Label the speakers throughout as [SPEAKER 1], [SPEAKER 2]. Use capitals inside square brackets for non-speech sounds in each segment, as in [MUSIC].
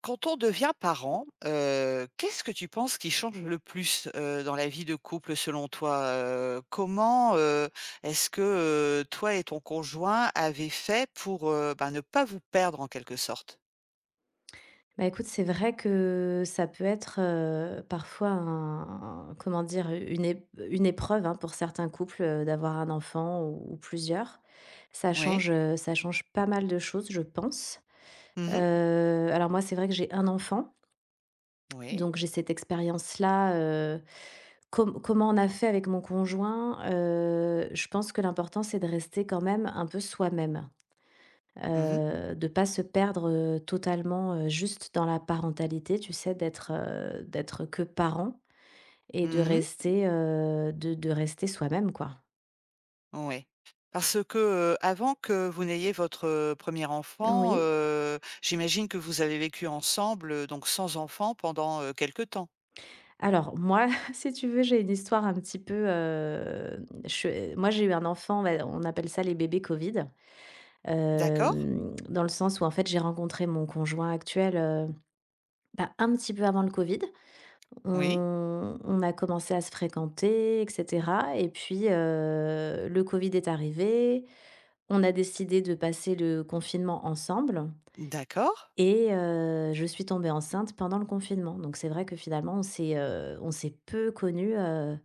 [SPEAKER 1] Quand on devient parent, qu'est-ce que tu penses qui change le plus, dans la vie de couple selon toi? Comment, est-ce que, toi et ton conjoint avez fait pour, bah, ne pas vous perdre en quelque sorte?
[SPEAKER 2] Bah, écoute, c'est vrai que ça peut être, parfois un comment dire? Une épreuve, hein, pour certains couples, d'avoir un enfant ou plusieurs. Ça
[SPEAKER 1] Oui.
[SPEAKER 2] change, heu, ça change pas mal de choses, je pense.
[SPEAKER 1] Mmh mh.
[SPEAKER 2] Alors moi, c'est vrai que j'ai un enfant,
[SPEAKER 1] Oui.
[SPEAKER 2] donc j'ai cette expérience-là, heu, comment on a fait avec mon conjoint? Je pense que l'important, c'est de rester quand même un peu soi-même.
[SPEAKER 1] Mmh mh.
[SPEAKER 2] De pas se perdre, totalement, juste dans la parentalité, tu sais? D'être que parent et
[SPEAKER 1] Mmh.
[SPEAKER 2] de rester soi-même, quoi.
[SPEAKER 1] Ouais. Parce que, avant que vous n'ayez votre, un enfant,
[SPEAKER 2] Oui.
[SPEAKER 1] j'imagine que vous avez vécu ensemble, donc sans enfant pendant, quelque temps.
[SPEAKER 2] Alors moi, [LAUGHS] si tu veux, j'ai une histoire un petit peu, moi, j'ai eu un enfant, on appelle ça les bébés Covid.
[SPEAKER 1] D'accord?
[SPEAKER 2] Dans le sens où, en fait, j'ai rencontré mon conjoint actuel, bah, un petit peu avant le Covid.
[SPEAKER 1] Oui.
[SPEAKER 2] On a commencé à se fréquenter et cetera, et puis, le covid est arrivé. On a décidé de passer le confinement ensemble,
[SPEAKER 1] D'accord.
[SPEAKER 2] et je suis tombée enceinte pendant le confinement. Donc c'est vrai que finalement on s'est peu connus,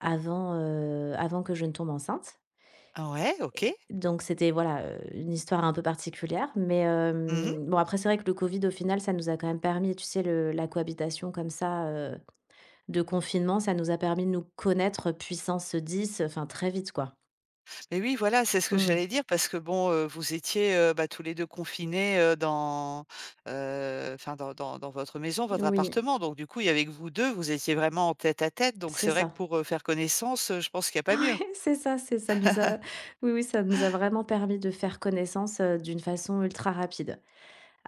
[SPEAKER 2] avant que je ne tombe enceinte,
[SPEAKER 1] Ah, ouais, OK.
[SPEAKER 2] et donc c'était voilà, une histoire un peu particulière. Mais
[SPEAKER 1] Mmh.
[SPEAKER 2] bon, après c'est vrai que le covid au final ça nous a quand même permis, tu sais, le la cohabitation comme ça, euh, de confinement, ça nous a permis de nous connaître puissance 10, enfin très vite quoi.
[SPEAKER 1] Mais oui, voilà, c'est ce que
[SPEAKER 2] Mmh.
[SPEAKER 1] j'allais dire parce que bon, vous étiez, bah, tous les 2 confinés, dans, enfin dans votre maison, votre
[SPEAKER 2] Oui,
[SPEAKER 1] appartement. Donc du coup, il y avait que vous 2, vous étiez vraiment en tête-à-tête. Donc
[SPEAKER 2] c'est
[SPEAKER 1] c'est vrai que
[SPEAKER 2] ça.
[SPEAKER 1] pour,
[SPEAKER 2] [LAUGHS]
[SPEAKER 1] faire connaissance, je pense qu'il y a pas mieux.
[SPEAKER 2] Ouais, c'est ça nous a oui, oui, ça nous a vraiment permis de faire connaissance, d'une façon ultra rapide.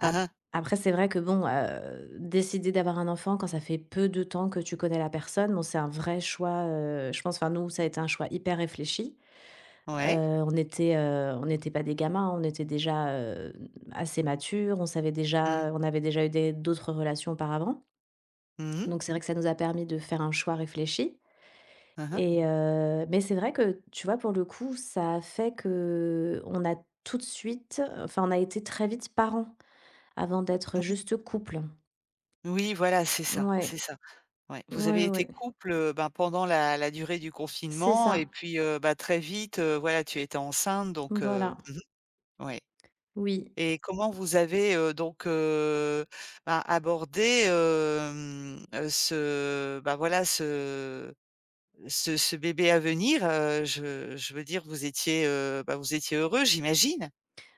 [SPEAKER 1] Hein hein.
[SPEAKER 2] Après c'est vrai que bon, décider d'avoir un enfant quand ça fait peu de temps que tu connais la personne, bon, c'est un vrai choix, je pense, enfin nous, ça a été un choix hyper réfléchi. Heu,
[SPEAKER 1] Ouais.
[SPEAKER 2] on n'était pas des gamins, hein, on était déjà, assez matures,
[SPEAKER 1] Mmh.
[SPEAKER 2] on avait déjà eu des d'autres relations auparavant.
[SPEAKER 1] Mmh mh.
[SPEAKER 2] Donc c'est vrai que ça nous a permis de faire un choix réfléchi,
[SPEAKER 1] Hein hein.
[SPEAKER 2] mais c'est vrai que, tu vois, pour le coup, ça a fait que on a tout de suite enfin, on a été très vite parents avant d'être juste couple.
[SPEAKER 1] Oui, voilà, c'est ça, c'est
[SPEAKER 2] Ouais.
[SPEAKER 1] ça. Ouais. Vous
[SPEAKER 2] Ouais,
[SPEAKER 1] avez
[SPEAKER 2] ouais,
[SPEAKER 1] été
[SPEAKER 2] ouais.
[SPEAKER 1] couple, ben, pendant la durée du
[SPEAKER 2] C'est
[SPEAKER 1] confinement et
[SPEAKER 2] ça.
[SPEAKER 1] puis, bah, très vite, voilà, tu étais enceinte, donc,
[SPEAKER 2] Voilà.
[SPEAKER 1] mmh. Ouais.
[SPEAKER 2] Oui.
[SPEAKER 1] Et comment vous avez, donc, bah, abordé, ce, bah, voilà, ce bébé à venir? Je veux dire, vous étiez, bah, vous étiez heureux, j'imagine?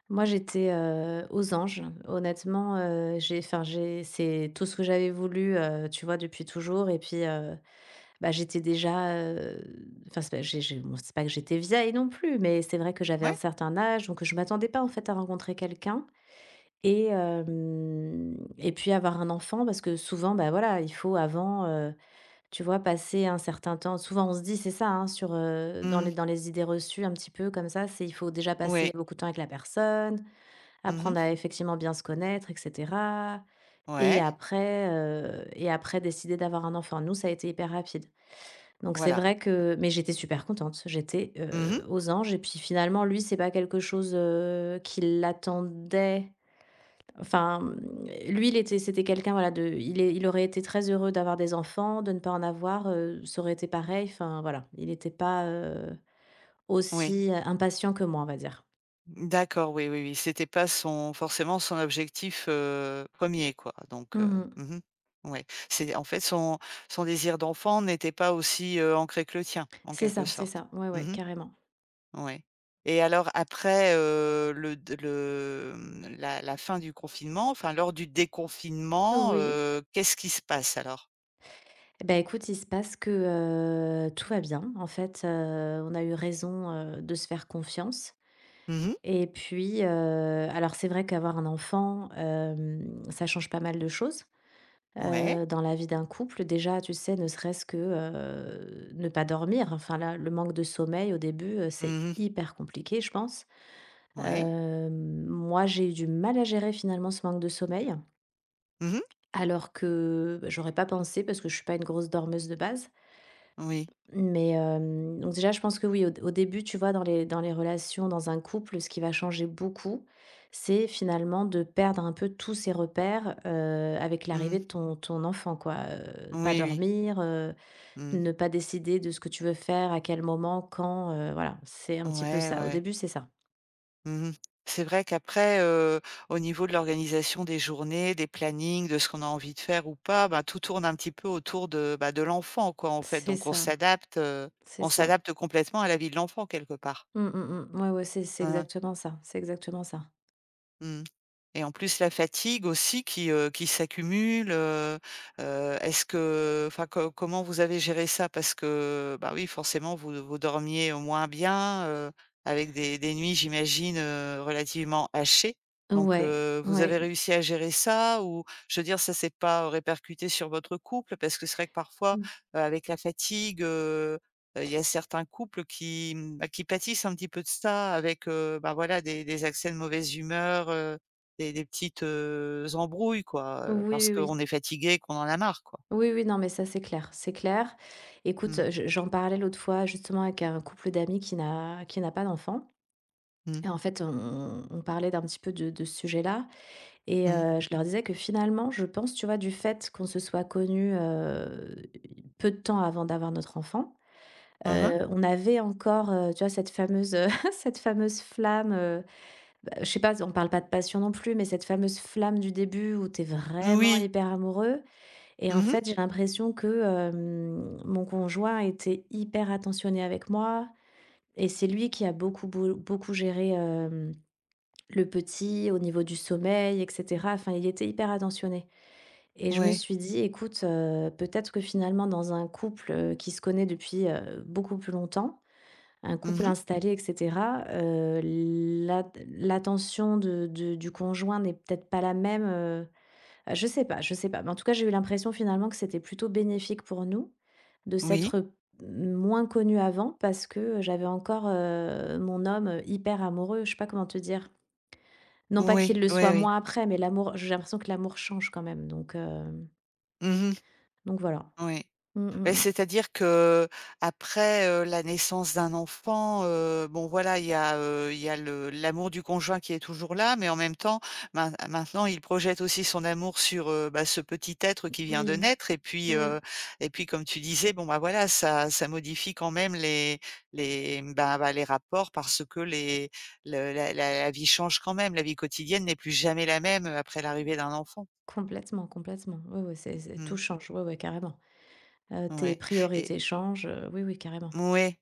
[SPEAKER 2] Moi, j'étais, aux anges. Honnêtement, j'ai enfin, j'ai c'est tout ce que j'avais voulu, tu vois, depuis toujours, et puis, bah, j'étais déjà, c'est pas que j'étais vieille non plus, mais c'est vrai que j'avais un
[SPEAKER 1] Ouais?
[SPEAKER 2] certain âge, donc je m'attendais pas, en fait, à rencontrer quelqu'un, et puis avoir un enfant, parce que souvent, bah, voilà, il faut avant, tu vois, passer un certain temps. Souvent on se dit c'est ça, hein, sur, dans les
[SPEAKER 1] Mmh.
[SPEAKER 2] dans les idées reçues un petit peu comme ça, c'est il faut déjà passer
[SPEAKER 1] Ouais.
[SPEAKER 2] beaucoup de temps avec la personne, apprendre
[SPEAKER 1] Mmh.
[SPEAKER 2] à effectivement bien se connaître et cetera, et
[SPEAKER 1] Ouais.
[SPEAKER 2] après, heu et après décider d'avoir un enfant. Nous, ça a été hyper rapide. Donc c'est
[SPEAKER 1] Voilà.
[SPEAKER 2] vrai que mais j'étais super contente, j'étais,
[SPEAKER 1] Mmh.
[SPEAKER 2] aux anges, et puis finalement lui, c'est pas quelque chose, qui l'attendait. Enfin, lui, il était c'était quelqu'un, voilà, de il aurait été très heureux d'avoir des enfants, de ne pas en avoir, ça aurait été pareil, enfin voilà. Il n'était pas,
[SPEAKER 1] Oui.
[SPEAKER 2] aussi impatient que moi, on va dire.
[SPEAKER 1] D'accord, oui, oui, oui. C'était pas son forcément son objectif, un quoi, donc,
[SPEAKER 2] Mmh.
[SPEAKER 1] mmh. Ouais. C'est en fait, son désir d'enfant n'était pas aussi, ancré que le tien, en
[SPEAKER 2] C'est
[SPEAKER 1] quelque
[SPEAKER 2] ça, c'est
[SPEAKER 1] sorte?
[SPEAKER 2] ça. Ouais, ouais,
[SPEAKER 1] Mmh.
[SPEAKER 2] carrément.
[SPEAKER 1] Ouais, et alors après, le d le, mmh, la fin du confinement, enfin lors du déconfinement,
[SPEAKER 2] Oui.
[SPEAKER 1] qu'est-ce qui se passe alors?
[SPEAKER 2] Eh ben écoute, il se passe que, tout va bien. En fait, on a eu raison, de se faire confiance.
[SPEAKER 1] Mmh.
[SPEAKER 2] Et puis, alors c'est vrai qu'avoir un enfant, ça change pas mal de choses,
[SPEAKER 1] Ouais.
[SPEAKER 2] dans la vie d'un couple. Déjà, tu sais, ne serait-ce que, ne pas dormir, enfin là, le manque de sommeil au début, c'est
[SPEAKER 1] Mmh.
[SPEAKER 2] hyper compliqué, je pense.
[SPEAKER 1] Ouais.
[SPEAKER 2] Moi, j'ai eu du mal à gérer finalement ce manque de sommeil,
[SPEAKER 1] Mmh.
[SPEAKER 2] alors que, bah, j'aurais pas pensé parce que je suis pas une grosse dormeuse de base.
[SPEAKER 1] Oui.
[SPEAKER 2] Mais, donc déjà, je pense que oui, au début, tu vois, dans les relations, dans un couple, ce qui va changer beaucoup, c'est finalement de perdre un peu tous ses repères, avec l'arrivée
[SPEAKER 1] Mmh.
[SPEAKER 2] de ton enfant, quoi. Pas
[SPEAKER 1] Oui, oui.
[SPEAKER 2] dormir,
[SPEAKER 1] Mmh.
[SPEAKER 2] ne pas décider de ce que tu veux faire, à quel moment, quand, voilà, c'est un petit peu
[SPEAKER 1] Ouais,
[SPEAKER 2] ça. Au
[SPEAKER 1] ouais.
[SPEAKER 2] début, c'est ça.
[SPEAKER 1] Mmh. C'est vrai qu'après, au niveau de l'organisation des journées, des plannings, de ce qu'on a envie de faire ou pas, bah, tout tourne un petit peu autour de, bah, de l'enfant, quoi, en fait.
[SPEAKER 2] C'est
[SPEAKER 1] Donc
[SPEAKER 2] ça, c'est
[SPEAKER 1] on
[SPEAKER 2] ça.
[SPEAKER 1] s'adapte complètement à la vie de l'enfant quelque part.
[SPEAKER 2] Mmh, mmh mh. Ouais, ouais, c'est
[SPEAKER 1] Hein, hein.
[SPEAKER 2] exactement ça, c'est exactement ça.
[SPEAKER 1] Mmh. Et en plus la fatigue aussi qui s'accumule, est-ce que, enfin, co comment vous avez géré ça? Parce que, bah, oui, forcément, vous dormiez moins bien, avec des nuits, j'imagine, relativement hachées. Donc,
[SPEAKER 2] Ouais,
[SPEAKER 1] vous
[SPEAKER 2] ouais.
[SPEAKER 1] avez réussi à gérer ça? Ou je veux dire, ça s'est pas répercuté sur votre couple? Parce que c'est vrai que parfois,
[SPEAKER 2] Mmh.
[SPEAKER 1] avec la fatigue, il y a certains couples bah, qui pâtissent un petit peu de ça avec, bah, voilà, des accès de mauvaise humeur, des petites, embrouilles, quoi,
[SPEAKER 2] Oui,
[SPEAKER 1] parce
[SPEAKER 2] oui, oui.
[SPEAKER 1] qu'on est fatigué, qu'on en a marre, quoi.
[SPEAKER 2] Oui, oui, non, mais ça, c'est clair, c'est clair.
[SPEAKER 1] Mmh.
[SPEAKER 2] Écoute, j'en parlais l'autre fois justement avec un couple d'amis qui n'a pas d'enfant.
[SPEAKER 1] Mmh.
[SPEAKER 2] Et en fait, on parlait d'un petit peu de ce sujet-là. Et
[SPEAKER 1] Mmh.
[SPEAKER 2] je leur disais que finalement, je pense, tu vois, du fait qu'on se soit connus peu de temps avant d'avoir notre enfant,
[SPEAKER 1] Mmh.
[SPEAKER 2] on avait encore, tu vois, cette fameuse, [LAUGHS] cette fameuse flamme, bah, je sais pas, on parle pas de passion non plus, mais cette fameuse flamme du début où t'es vraiment
[SPEAKER 1] Oui.
[SPEAKER 2] hyper amoureux. Et en
[SPEAKER 1] Mmh.
[SPEAKER 2] fait, j'ai l'impression que, mon conjoint était hyper attentionné avec moi, et c'est lui qui a beaucoup géré, le petit au niveau du sommeil et cetera. Enfin, il était hyper attentionné, et je me
[SPEAKER 1] Ouais.
[SPEAKER 2] suis dit: «Écoute, peut-être que finalement dans un couple, qui se connaît depuis, beaucoup plus longtemps, un couple
[SPEAKER 1] Mmh.
[SPEAKER 2] installé et cetera, l'attention de du conjoint n'est peut-être pas la même, Je sais pas, je sais pas, mais en tout cas, j'ai eu l'impression finalement que c'était plutôt bénéfique pour nous de
[SPEAKER 1] Oui.
[SPEAKER 2] s'être moins connus avant parce que j'avais encore, mon homme, hyper amoureux, je sais pas comment te dire. Non pas
[SPEAKER 1] Oui.
[SPEAKER 2] qu'il le
[SPEAKER 1] Oui,
[SPEAKER 2] soit
[SPEAKER 1] oui.
[SPEAKER 2] moins après, mais l'amour j'ai l'impression que l'amour change quand même, donc hem,
[SPEAKER 1] Mmh.
[SPEAKER 2] donc voilà.
[SPEAKER 1] Oui.
[SPEAKER 2] Mmh mh,
[SPEAKER 1] Et
[SPEAKER 2] mmh.
[SPEAKER 1] c'est-à-dire qu'après, la naissance d'un enfant, bon, voilà, il y a le l'amour du conjoint qui est toujours là, mais en même temps, maintenant, il projette aussi son amour sur, bah, ce petit être qui vient de
[SPEAKER 2] Oui,
[SPEAKER 1] naître, et puis,
[SPEAKER 2] oui,
[SPEAKER 1] et puis, comme tu disais, bon, bah, voilà, ça modifie quand même bah, les rapports, parce que les le la la la vie change quand même. La vie quotidienne n'est plus jamais la même après l'arrivée d'un enfant.
[SPEAKER 2] complètement, complètement. Oui, oui, c'est tout
[SPEAKER 1] Mmh.
[SPEAKER 2] change. Oui, oui, carrément. Tes
[SPEAKER 1] Ouais. Et
[SPEAKER 2] priorités changent, oui, oui, carrément.
[SPEAKER 1] ouais.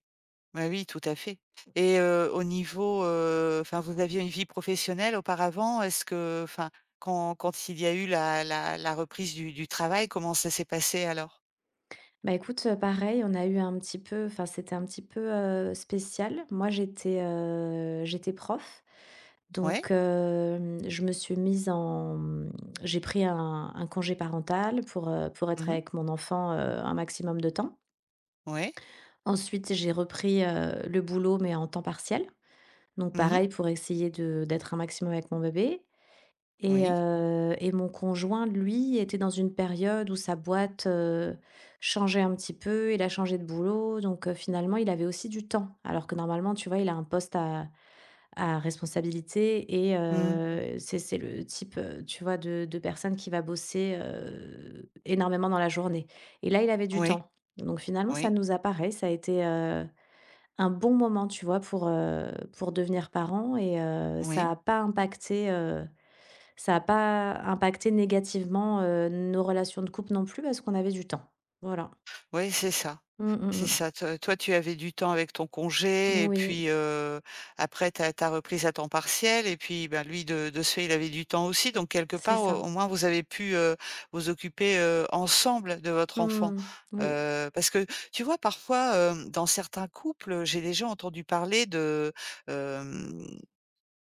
[SPEAKER 1] Bah, oui, tout à fait. Et, au niveau, enfin, vous aviez une vie professionnelle auparavant? Est-ce que, enfin, quand il y a eu la reprise du travail, comment ça s'est passé alors?
[SPEAKER 2] Bah, écoute, pareil, on a eu un petit peu enfin, c'était un petit peu, spécial. Moi, j'étais prof,
[SPEAKER 1] Ouais?
[SPEAKER 2] donc je me suis mise en mmh, j'ai pris un congé parental pour être
[SPEAKER 1] Mmh.
[SPEAKER 2] avec mon enfant, un maximum de temps.
[SPEAKER 1] Ouais.
[SPEAKER 2] Ensuite, j'ai repris, le boulot, mais en temps partiel, donc
[SPEAKER 1] Mmh.
[SPEAKER 2] pareil pour essayer de d'être un maximum avec mon bébé, et
[SPEAKER 1] Oui.
[SPEAKER 2] heu et mon conjoint, lui, était dans une période où sa boîte, changeait un petit peu. Il a changé de boulot, donc finalement, il avait aussi du temps. Alors que normalement, tu vois, il a un poste à responsabilité,
[SPEAKER 1] Mmh.
[SPEAKER 2] c'est le type, tu vois, de personne qui va bosser, énormément dans la journée. Et là, il avait du
[SPEAKER 1] Oui.
[SPEAKER 2] temps. Donc finalement, ça
[SPEAKER 1] Oui.
[SPEAKER 2] nous apparaît. Ça a été, un bon moment, tu vois, pour devenir parents, ça
[SPEAKER 1] Oui.
[SPEAKER 2] a pas impacté, ça a pas impacté négativement, nos relations de couple non plus parce qu'on avait du temps. Voilà.
[SPEAKER 1] Oui, c'est ça.
[SPEAKER 2] Mmh mh
[SPEAKER 1] C'est
[SPEAKER 2] mh.
[SPEAKER 1] ça. Toi, tu avais du temps avec ton congé, et
[SPEAKER 2] Oui,
[SPEAKER 1] puis, après, tu reprise à temps partiel, et puis, ben, lui, de ce fait, il avait du temps aussi, donc quelque
[SPEAKER 2] c'est
[SPEAKER 1] part, au
[SPEAKER 2] ça.
[SPEAKER 1] au moins vous avez pu, vous occuper, ensemble, de votre enfant.
[SPEAKER 2] Mmh. Oui.
[SPEAKER 1] Parce que tu vois, parfois, dans certains couples, j'ai déjà entendu parler de,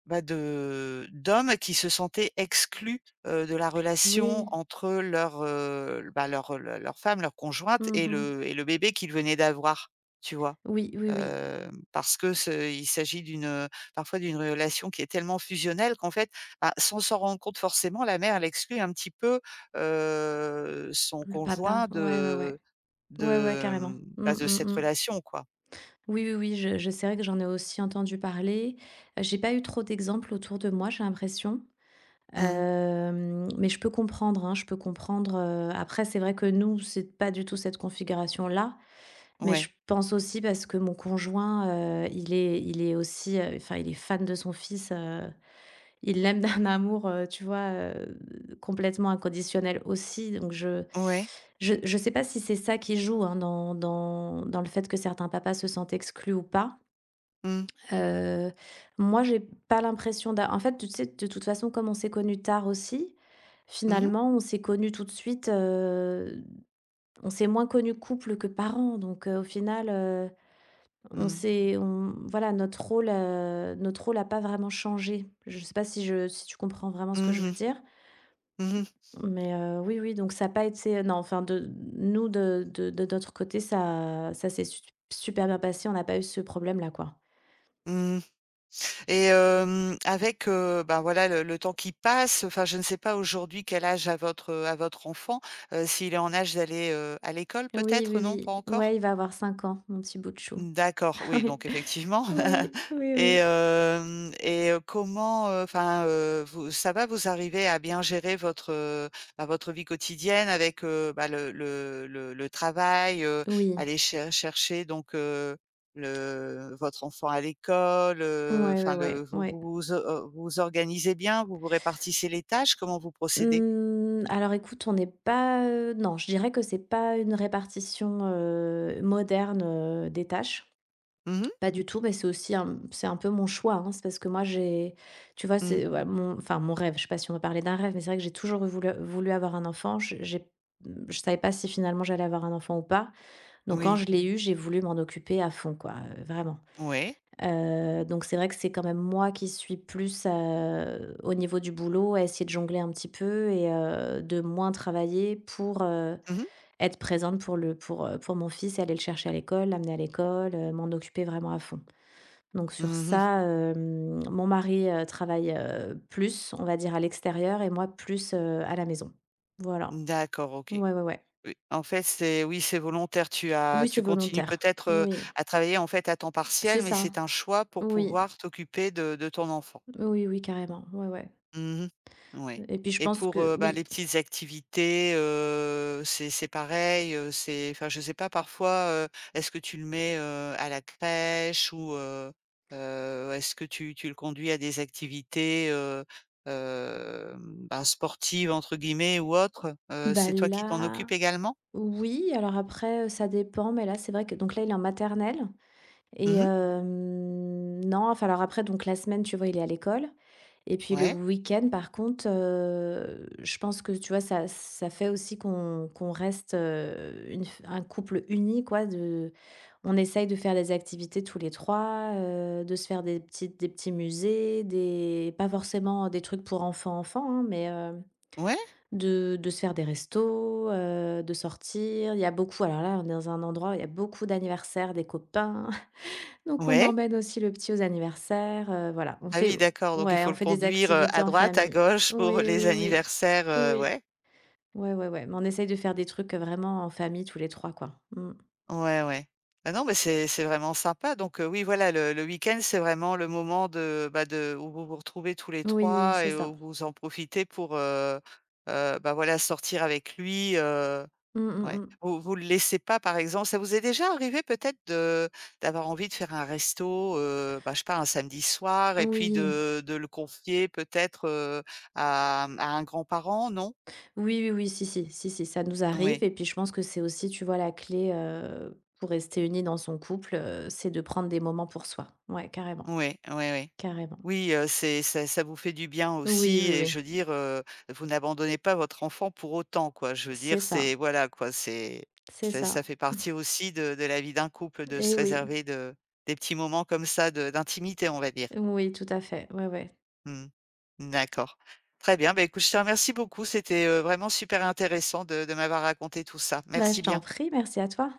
[SPEAKER 1] bah, de d'hommes qui se sentaient exclus, de la relation
[SPEAKER 2] Oui.
[SPEAKER 1] entre leur, bah, leur femme, leur conjointe,
[SPEAKER 2] Mmh mmh.
[SPEAKER 1] et le bébé qu'ils venaient d'avoir, tu vois?
[SPEAKER 2] Oui, oui, oui.
[SPEAKER 1] Parce que ce il s'agit d'une, parfois d'une relation qui est tellement fusionnelle qu'en fait, bah, sans s'en rendre compte forcément, la mère, elle exclut un petit peu, son
[SPEAKER 2] Le papa.
[SPEAKER 1] conjoint
[SPEAKER 2] Ouais, ouais, ouais. Ouais, ouais, carrément. Mmh
[SPEAKER 1] bah, de
[SPEAKER 2] mh
[SPEAKER 1] cette
[SPEAKER 2] mh.
[SPEAKER 1] relation, quoi.
[SPEAKER 2] Oui, oui, oui, je c'est vrai que j'en ai aussi entendu parler. J'ai pas eu trop d'exemples autour de moi, j'ai l'impression.
[SPEAKER 1] Mmh.
[SPEAKER 2] Mais je peux comprendre, hein, je peux comprendre, après c'est vrai que nous, c'est pas du tout cette configuration-là. Mais je
[SPEAKER 1] Ouais.
[SPEAKER 2] pense aussi parce que mon conjoint, il est aussi, enfin, il est fan de son fils, il l'aime d'un [LAUGHS] amour, tu vois, complètement inconditionnel aussi. Donc je
[SPEAKER 1] Ouais.
[SPEAKER 2] je je sais pas si c'est ça qui joue, hein, dans le fait que certains papas se sentent exclus ou pas.
[SPEAKER 1] Mmh.
[SPEAKER 2] Heu, Moi, j'ai pas l'impression d'a en fait, tu sais, de toute façon, comme on s'est connus tard aussi,
[SPEAKER 1] Mmh mh.
[SPEAKER 2] finalement, on s'est connus tout de suite, on s'est moins connus couple que parents. Donc au final, on
[SPEAKER 1] Mmh.
[SPEAKER 2] s'est on voilà, notre rôle n'a pas vraiment changé. Je ne sais pas si tu comprends vraiment ce que je veux
[SPEAKER 1] Mmh.
[SPEAKER 2] dire?
[SPEAKER 1] Mmh.
[SPEAKER 2] Mais oui, oui, donc ça n'a pas été non, enfin de nous de notre côté, ça s'est super bien passé, on n'a pas eu ce problème-là, quoi.
[SPEAKER 1] Mmh. Et, avec, ben, voilà, le temps qui passe, enfin je ne sais pas aujourd'hui quel âge a votre enfant, s'il est en âge d'aller, à l'école
[SPEAKER 2] Oui,
[SPEAKER 1] peut-être?
[SPEAKER 2] oui,
[SPEAKER 1] Non, pas
[SPEAKER 2] oui. Ouais,
[SPEAKER 1] encore?
[SPEAKER 2] il va avoir 5 ans, mon petit bout de chou.
[SPEAKER 1] D'accord,
[SPEAKER 2] [LAUGHS]
[SPEAKER 1] oui,
[SPEAKER 2] Oui.
[SPEAKER 1] donc effectivement. [LAUGHS]
[SPEAKER 2] Oui, oui,
[SPEAKER 1] et
[SPEAKER 2] oui.
[SPEAKER 1] hem comment, enfin, vous, ça va, vous arrivez à bien gérer votre, bah, votre vie quotidienne avec, bah, le travail,
[SPEAKER 2] Oui.
[SPEAKER 1] aller chercher donc, le votre enfant à l'école,
[SPEAKER 2] Ouais, ouais,
[SPEAKER 1] enfin, le
[SPEAKER 2] ouais,
[SPEAKER 1] vous
[SPEAKER 2] ouais.
[SPEAKER 1] vous vous, vous organisez bien? Vous vous répartissez les tâches? Comment vous procédez?
[SPEAKER 2] Mmh, alors écoute, on n'est pas, non, je dirais que c'est pas une répartition, moderne, des tâches.
[SPEAKER 1] Mmh mh.
[SPEAKER 2] Pas du tout, mais c'est aussi un c'est un peu mon choix, hein. C'est parce que moi j'ai tu vois,
[SPEAKER 1] Mmh.
[SPEAKER 2] c'est ouais, mon rêve, je sais pas si on va parler d'un rêve, mais c'est vrai que j'ai toujours voulu avoir un enfant. J j'ai Je savais pas si finalement j'allais avoir un enfant ou pas. Donc quand je
[SPEAKER 1] Oui.
[SPEAKER 2] l'ai eu, j'ai voulu m'en occuper à fond quoi, vraiment.
[SPEAKER 1] Ouais.
[SPEAKER 2] Donc c'est vrai que c'est quand même moi qui suis plus, au niveau du boulot, à essayer de jongler un petit peu, et de moins travailler pour,
[SPEAKER 1] Mmh.
[SPEAKER 2] être présente pour mon fils, et aller le chercher à l'école, l'amener à l'école, m'en occuper vraiment à fond. Donc sur
[SPEAKER 1] Mmh.
[SPEAKER 2] ça, mon mari, travaille, plus, on va dire, à l'extérieur, et moi plus, à la maison. Voilà.
[SPEAKER 1] D'accord, OK.
[SPEAKER 2] Ouais, ouais, ouais.
[SPEAKER 1] Oui, en fait, c'est, oui, c'est volontaire.
[SPEAKER 2] Oui, c'est
[SPEAKER 1] Tu continues
[SPEAKER 2] volontaire.
[SPEAKER 1] peut-être,
[SPEAKER 2] Oui,
[SPEAKER 1] à travailler, en fait, à temps
[SPEAKER 2] c'est
[SPEAKER 1] partiel, mais
[SPEAKER 2] ça.
[SPEAKER 1] c'est un choix pour
[SPEAKER 2] Oui.
[SPEAKER 1] pouvoir t'occuper de ton enfant.
[SPEAKER 2] Oui, oui, carrément. Ouais, ouais.
[SPEAKER 1] Mmh. Ouais,
[SPEAKER 2] Et puis je
[SPEAKER 1] et
[SPEAKER 2] pense
[SPEAKER 1] pour,
[SPEAKER 2] que
[SPEAKER 1] bah,
[SPEAKER 2] oui.
[SPEAKER 1] les petites activités, c'est, pareil, c'est, enfin, je sais pas, parfois, est-ce que tu le mets, à la crèche, ou est-ce que tu le conduis à des activités, bah, «sportives» entre guillemets, ou autres?
[SPEAKER 2] Bah
[SPEAKER 1] C'est toi qui t'en
[SPEAKER 2] là,
[SPEAKER 1] occupes également?
[SPEAKER 2] oui, alors après, ça dépend, mais là, c'est vrai que donc là, il est en maternelle, et
[SPEAKER 1] Mmh.
[SPEAKER 2] non, enfin alors après donc la semaine, tu vois, il est à l'école. Et puis le
[SPEAKER 1] Ouais.
[SPEAKER 2] week-end, par contre, je pense que, tu vois, ça fait aussi qu'on reste, une f un couple uni, quoi, de on essaye de faire des activités tous les 3, de se faire des petits musées, des pas forcément des trucs pour enfants, enfants, hein, mais,
[SPEAKER 1] Ouais,
[SPEAKER 2] de se faire des restos, de sortir. Il y a beaucoup Alors là, on est dans un endroit où il y a beaucoup d'anniversaires, des copains. Donc on
[SPEAKER 1] ouais.
[SPEAKER 2] emmène aussi le petit aux anniversaires, voilà, on
[SPEAKER 1] Ah
[SPEAKER 2] fait
[SPEAKER 1] oui, d'accord, donc il
[SPEAKER 2] ouais,
[SPEAKER 1] faut
[SPEAKER 2] on
[SPEAKER 1] le
[SPEAKER 2] fait des
[SPEAKER 1] conduire,
[SPEAKER 2] activités
[SPEAKER 1] à
[SPEAKER 2] en
[SPEAKER 1] droite, à
[SPEAKER 2] famille.
[SPEAKER 1] gauche, pour
[SPEAKER 2] Oui,
[SPEAKER 1] les
[SPEAKER 2] oui, oui.
[SPEAKER 1] anniversaires,
[SPEAKER 2] Oui.
[SPEAKER 1] ouais.
[SPEAKER 2] Ouais, ouais, ouais, mais on essaye de faire des trucs, vraiment en famille tous les 3, quoi. Mmh.
[SPEAKER 1] Ouais, ouais. Ah non, mais c'est vraiment sympa. Donc, oui, voilà, le week-end, c'est vraiment le moment de, bah, de où vous vous retrouvez tous les
[SPEAKER 2] Oui,
[SPEAKER 1] trois,
[SPEAKER 2] c'est
[SPEAKER 1] et
[SPEAKER 2] ça.
[SPEAKER 1] où vous en profitez pour, bah, voilà, sortir avec lui.
[SPEAKER 2] Mmh, mmh
[SPEAKER 1] Ouais.
[SPEAKER 2] mh.
[SPEAKER 1] Vous vous le laissez pas? Par exemple, ça vous est déjà arrivé peut-être de d'avoir envie de faire un resto, bah, je sais pas, un samedi soir, et puis
[SPEAKER 2] Oui.
[SPEAKER 1] de le confier peut-être, à un grand-parent, non?
[SPEAKER 2] Oui, oui, oui, si, si, si, si, ça nous arrive,
[SPEAKER 1] Oui,
[SPEAKER 2] et puis je pense que c'est aussi, tu vois, la clé, pour rester unis dans son couple, c'est de prendre des moments pour soi. Ouais, carrément,
[SPEAKER 1] oui, oui, oui.
[SPEAKER 2] carrément.
[SPEAKER 1] Oui, c'est ça ça vous fait du bien
[SPEAKER 2] Oui,
[SPEAKER 1] aussi,
[SPEAKER 2] oui,
[SPEAKER 1] et
[SPEAKER 2] oui,
[SPEAKER 1] je veux dire, vous n'abandonnez pas votre enfant pour autant, quoi. Je veux
[SPEAKER 2] c'est
[SPEAKER 1] dire,
[SPEAKER 2] ça,
[SPEAKER 1] c'est, voilà, quoi, c'est
[SPEAKER 2] c'est
[SPEAKER 1] ça.
[SPEAKER 2] ça.
[SPEAKER 1] Ça fait partie aussi de la vie d'un couple, de se
[SPEAKER 2] Et oui,
[SPEAKER 1] réserver de des petits moments comme ça de d'intimité, on va dire.
[SPEAKER 2] oui, tout à fait, ouais, ouais.
[SPEAKER 1] Mmh. D'accord. Très bien, bah, écoute, je te remercie beaucoup. C'était, vraiment super intéressant de m'avoir raconté tout ça.
[SPEAKER 2] Bah, je
[SPEAKER 1] Merci
[SPEAKER 2] t'en
[SPEAKER 1] bien.
[SPEAKER 2] prie, merci à toi.